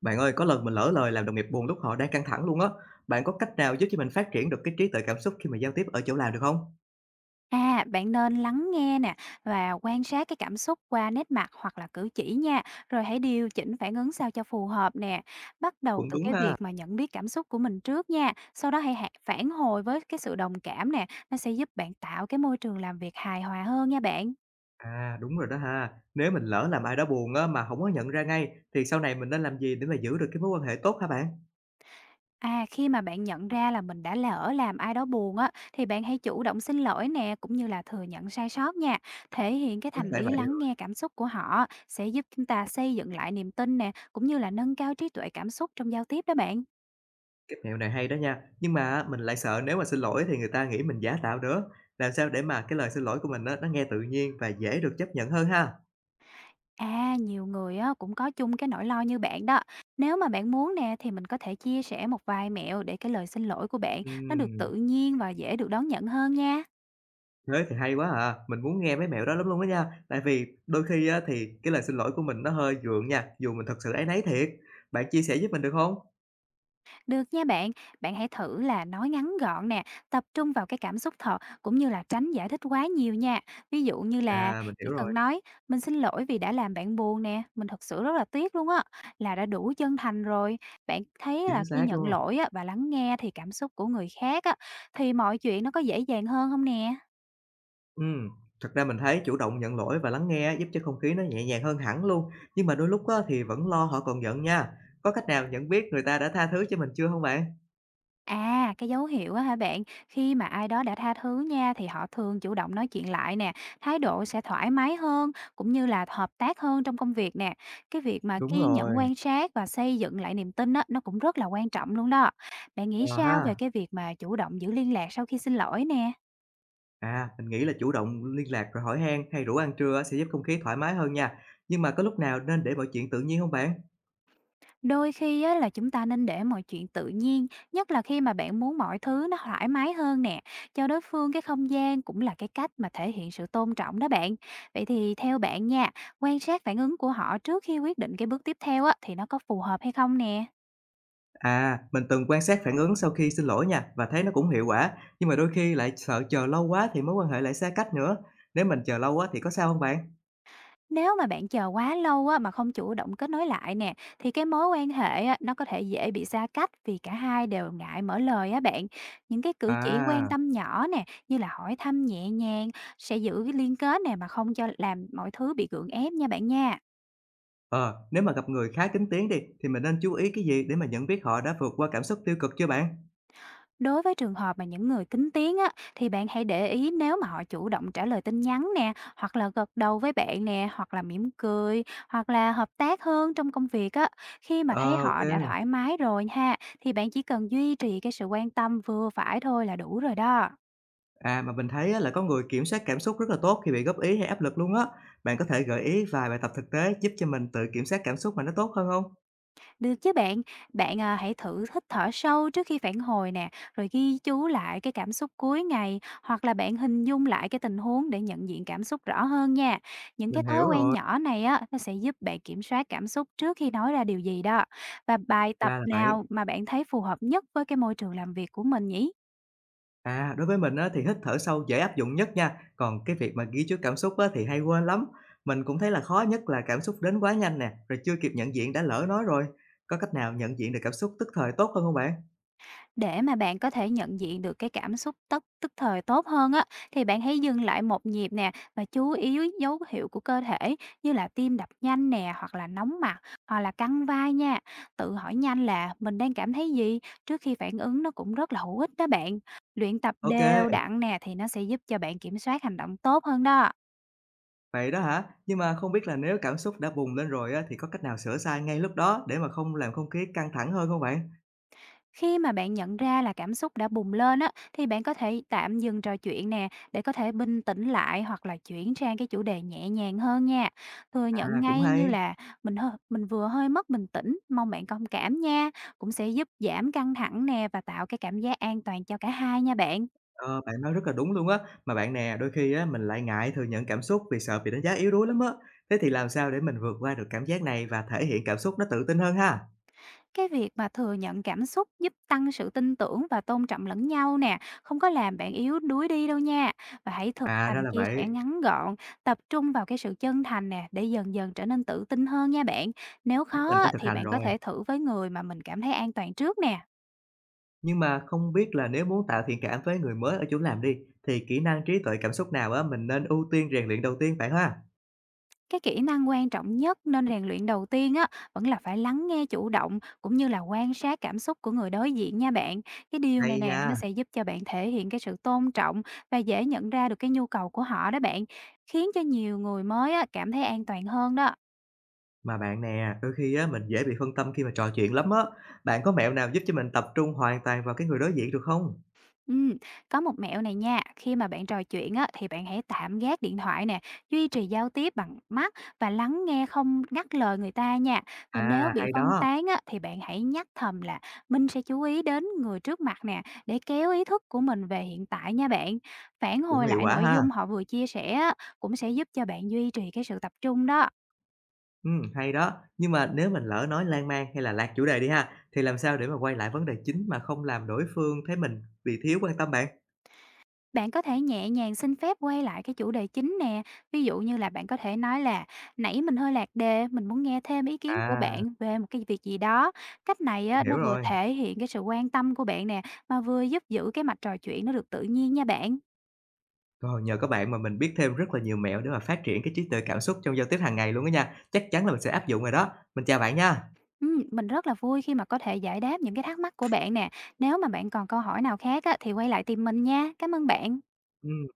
Bạn ơi, có lần mình lỡ lời làm đồng nghiệp buồn lúc họ đang căng thẳng luôn á. Bạn có cách nào giúp cho mình phát triển được cái trí tuệ cảm xúc khi mà giao tiếp ở chỗ làm được không? À, bạn nên lắng nghe nè và quan sát cái cảm xúc qua nét mặt hoặc là cử chỉ nha, rồi hãy điều chỉnh phản ứng sao cho phù hợp nè. Bắt đầu Cũng từ đúng cái việc ha. mà nhận biết cảm xúc của mình trước nha, sau đó hãy phản hồi với cái sự đồng cảm nè, nó sẽ giúp bạn tạo cái môi trường làm việc hài hòa hơn nha bạn. À, đúng rồi đó ha. Nếu mình lỡ làm ai đó buồn á mà không có nhận ra ngay thì sau này mình nên làm gì để mà giữ được cái mối quan hệ tốt hả bạn? À, khi mà bạn nhận ra là mình đã lỡ làm ai đó buồn á, thì bạn hãy chủ động xin lỗi nè, cũng như là thừa nhận sai sót nha. Thể hiện cái Chắc thành phải ý vậy lắng rồi. nghe cảm xúc của họ sẽ giúp chúng ta xây dựng lại niềm tin nè, cũng như là nâng cao trí tuệ cảm xúc trong giao tiếp đó bạn. Cái mẹo này hay đó nha. Nhưng mà á, mình lại sợ nếu mà xin lỗi thì người ta nghĩ mình giả tạo nữa. Làm sao để mà cái lời xin lỗi của mình á nó nghe tự nhiên và dễ được chấp nhận hơn ha? À, nhiều người á, cũng có chung cái nỗi lo như bạn đó. Nếu mà bạn muốn nè, thì mình có thể chia sẻ một vài mẹo để cái lời xin lỗi của bạn nó được Ừm. tự nhiên và dễ được đón nhận hơn nha. Thế thì hay quá à, mình muốn nghe mấy mẹo đó lắm luôn á nha. Tại vì đôi khi á, thì cái lời xin lỗi của mình nó hơi gượng nha, dù mình thật sự áy náy thiệt. Bạn chia sẻ giúp mình được không? Được nha bạn, bạn hãy thử là nói ngắn gọn nè, tập trung vào cái cảm xúc thật cũng như là tránh giải thích quá nhiều nha. Ví dụ như là À, mình hiểu chỉ rồi, cần nói mình xin lỗi vì đã làm bạn buồn nè, mình thật sự rất là tiếc luôn á, là đã đủ chân thành rồi. Bạn thấy chính là khi xác, đúng nhận không? lỗi á, và lắng nghe thì cảm xúc của người khác á, thì mọi chuyện nó có dễ dàng hơn không nè? Ừm, thật ra mình thấy chủ động nhận lỗi và lắng nghe á, giúp cho không khí nó nhẹ nhàng hơn hẳn luôn, nhưng mà đôi lúc á, thì vẫn lo họ còn giận nha. Có cách nào nhận biết người ta đã tha thứ cho mình chưa không bạn? À, cái dấu hiệu á hả bạn? Khi mà ai đó đã tha thứ nha thì họ thường chủ động nói chuyện lại nè, thái độ sẽ thoải mái hơn cũng như là hợp tác hơn trong công việc nè. Cái việc mà Đúng kiên nhẫn rồi. quan sát và xây dựng lại niềm tin á nó cũng rất là quan trọng luôn đó. Bạn nghĩ Ờ sao về ha. cái việc mà chủ động giữ liên lạc sau khi xin lỗi nè? À, mình nghĩ là chủ động liên lạc rồi hỏi han hay rủ ăn trưa á, sẽ giúp không khí thoải mái hơn nha. Nhưng mà có lúc nào nên để mọi chuyện tự nhiên không bạn? Đôi khi á, là chúng ta nên để mọi chuyện tự nhiên, nhất là khi mà bạn muốn mọi thứ nó thoải mái hơn nè. Cho đối phương cái không gian cũng là cái cách mà thể hiện sự tôn trọng đó bạn. Vậy thì theo bạn nha, quan sát phản ứng của họ trước khi quyết định cái bước tiếp theo á, thì nó có phù hợp hay không nè? À, mình từng quan sát phản ứng sau khi xin lỗi nha và thấy nó cũng hiệu quả, nhưng mà đôi khi lại sợ chờ lâu quá thì mối quan hệ lại xa cách nữa. Nếu mình chờ lâu quá thì có sao không bạn? Nếu mà bạn chờ quá lâu á, mà không chủ động kết nối lại nè, thì cái mối quan hệ á, nó có thể dễ bị xa cách vì cả hai đều ngại mở lời á bạn. Những cái cử chỉ quan À, tâm nhỏ nè, như là hỏi thăm nhẹ nhàng sẽ giữ cái liên kết nè mà không cho làm mọi thứ bị gượng ép nha bạn nha. ờ, nếu mà gặp người khá kín tiếng đi thì mình nên chú ý cái gì để mà nhận biết họ đã vượt qua cảm xúc tiêu cực chưa bạn? Đối với trường hợp mà những người kính tiếng á, thì bạn hãy để ý nếu mà họ chủ động trả lời tin nhắn nè, hoặc là gật đầu với bạn nè, hoặc là mỉm cười, hoặc là hợp tác hơn trong công việc á. Khi mà thấy Ờ, ô. họ đã thoải mái rồi ha, thì bạn chỉ cần duy trì cái sự quan tâm vừa phải thôi là đủ rồi đó. À, mà mình thấy á là có người kiểm soát cảm xúc rất là tốt khi bị góp ý hay áp lực luôn á. Bạn có thể gợi ý vài bài tập thực tế giúp cho mình tự kiểm soát cảm xúc mà nó tốt hơn không? Được chứ bạn, bạn, hãy thử hít thở sâu trước khi phản hồi nè, rồi ghi chú lại cái cảm xúc cuối ngày, hoặc là bạn hình dung lại cái tình huống để nhận diện cảm xúc rõ hơn nha. Những cái Mình hiểu thói quen rồi, nhỏ này á, nó sẽ giúp bạn kiểm soát cảm xúc trước khi nói ra điều gì đó. Và bài tập ra là vậy. nào mà bạn thấy phù hợp nhất với cái môi trường làm việc của mình nhỉ? À, đối với mình á, thì hít thở sâu dễ áp dụng nhất nha, còn cái việc mà ghi chú cảm xúc á, thì hay quên lắm. Mình cũng thấy là khó nhất là cảm xúc đến quá nhanh nè, rồi chưa kịp nhận diện đã lỡ nói rồi. Có cách nào nhận diện được cảm xúc tức thời tốt hơn không bạn? Để mà bạn có thể nhận diện được cái cảm xúc tức tức thời tốt hơn á, thì bạn hãy dừng lại một nhịp nè và chú ý dấu hiệu của cơ thể như là tim đập nhanh nè, hoặc là nóng mặt, hoặc là căng vai nha. Tự hỏi nhanh là mình đang cảm thấy gì trước khi phản ứng nó cũng rất là hữu ích đó bạn. Luyện tập Ok, đều đặn nè thì nó sẽ giúp cho bạn kiểm soát hành động tốt hơn đó. vậy đó hả? Nhưng mà không biết là nếu cảm xúc đã bùng lên rồi á, thì có cách nào sửa sai ngay lúc đó để mà không làm không khí căng thẳng hơn không bạn? Khi mà bạn nhận ra là cảm xúc đã bùng lên á, thì bạn có thể tạm dừng trò chuyện nè, để có thể bình tĩnh lại hoặc là chuyển sang cái chủ đề nhẹ nhàng hơn nha. Thừa nhận À, cũng ngay như hay. là mình vừa hơi mất bình tĩnh, mong bạn thông cảm nha, cũng sẽ giúp giảm căng thẳng nè và tạo cái cảm giác an toàn cho cả hai nha bạn. Ờ, bạn nói rất là đúng luôn á. Mà bạn nè, đôi khi á, mình lại ngại thừa nhận cảm xúc vì sợ bị đánh giá yếu đuối lắm á. Thế thì làm sao để mình vượt qua được cảm giác này và thể hiện cảm xúc nó tự tin hơn ha? Cái việc mà thừa nhận cảm xúc giúp tăng sự tin tưởng và tôn trọng lẫn nhau nè, không có làm bạn yếu đuối đi đâu nha. Và hãy thực À, ra hành là chia sẻ vậy. ngắn gọn, tập trung vào cái sự chân thành nè để dần dần trở nên tự tin hơn nha bạn. Nếu Chắc mình khó phải á, thực thì hành bạn có rồi. thể thử với người mà mình cảm thấy an toàn trước nè. Nhưng mà không biết là nếu muốn tạo thiện cảm với người mới ở chỗ làm đi, thì kỹ năng trí tuệ cảm xúc nào á, mình nên ưu tiên rèn luyện đầu tiên bạn ha? Cái kỹ năng quan trọng nhất nên rèn luyện đầu tiên á vẫn là phải lắng nghe chủ động cũng như là quan sát cảm xúc của người đối diện nha bạn. Cái điều này Hay nè nó nha. sẽ giúp cho bạn thể hiện cái sự tôn trọng và dễ nhận ra được cái nhu cầu của họ đó bạn, khiến cho nhiều người mới á cảm thấy an toàn hơn đó. Mà bạn nè, đôi khi á, mình dễ bị phân tâm khi mà trò chuyện lắm á. Bạn có mẹo nào giúp cho mình tập trung hoàn toàn vào cái người đối diện được không? Ừm, có một mẹo này nha, khi mà bạn trò chuyện á, thì bạn hãy tạm gác điện thoại nè, duy trì giao tiếp bằng mắt và lắng nghe không ngắt lời người ta nha. Và nếu À, bị hay phân đó. tán á, thì bạn hãy nhắc thầm là mình sẽ chú ý đến người trước mặt nè, để kéo ý thức của mình về hiện tại nha bạn. Phản Cũng hồi hiệu lại quả nội ha. dung họ vừa chia sẻ á, cũng sẽ giúp cho bạn duy trì cái sự tập trung đó. Hay đó. Nhưng mà nếu mình lỡ nói lan man hay là lạc chủ đề đi ha, thì làm sao để mà quay lại vấn đề chính mà không làm đối phương thấy mình bị thiếu quan tâm bạn? Bạn có thể nhẹ nhàng xin phép quay lại cái chủ đề chính nè, ví dụ như là bạn có thể nói là "Nãy mình hơi lạc đề, mình muốn nghe thêm ý kiến của À, bạn về một cái việc gì đó." Cách này mình á, hiểu nó vừa rồi. thể hiện cái sự quan tâm của bạn nè, mà vừa giúp giữ cái mạch trò chuyện nó được tự nhiên nha bạn. Rồi, nhờ có bạn mà mình biết thêm rất là nhiều mẹo để mà phát triển cái trí tuệ cảm xúc trong giao tiếp hàng ngày luôn á nha. Chắc chắn là mình sẽ áp dụng rồi đó. Mình chào bạn nha. Mình rất là vui khi mà có thể giải đáp những cái thắc mắc của bạn nè. Nếu mà bạn còn câu hỏi nào khác á, thì quay lại tìm mình nha. Cảm ơn bạn. Ừm.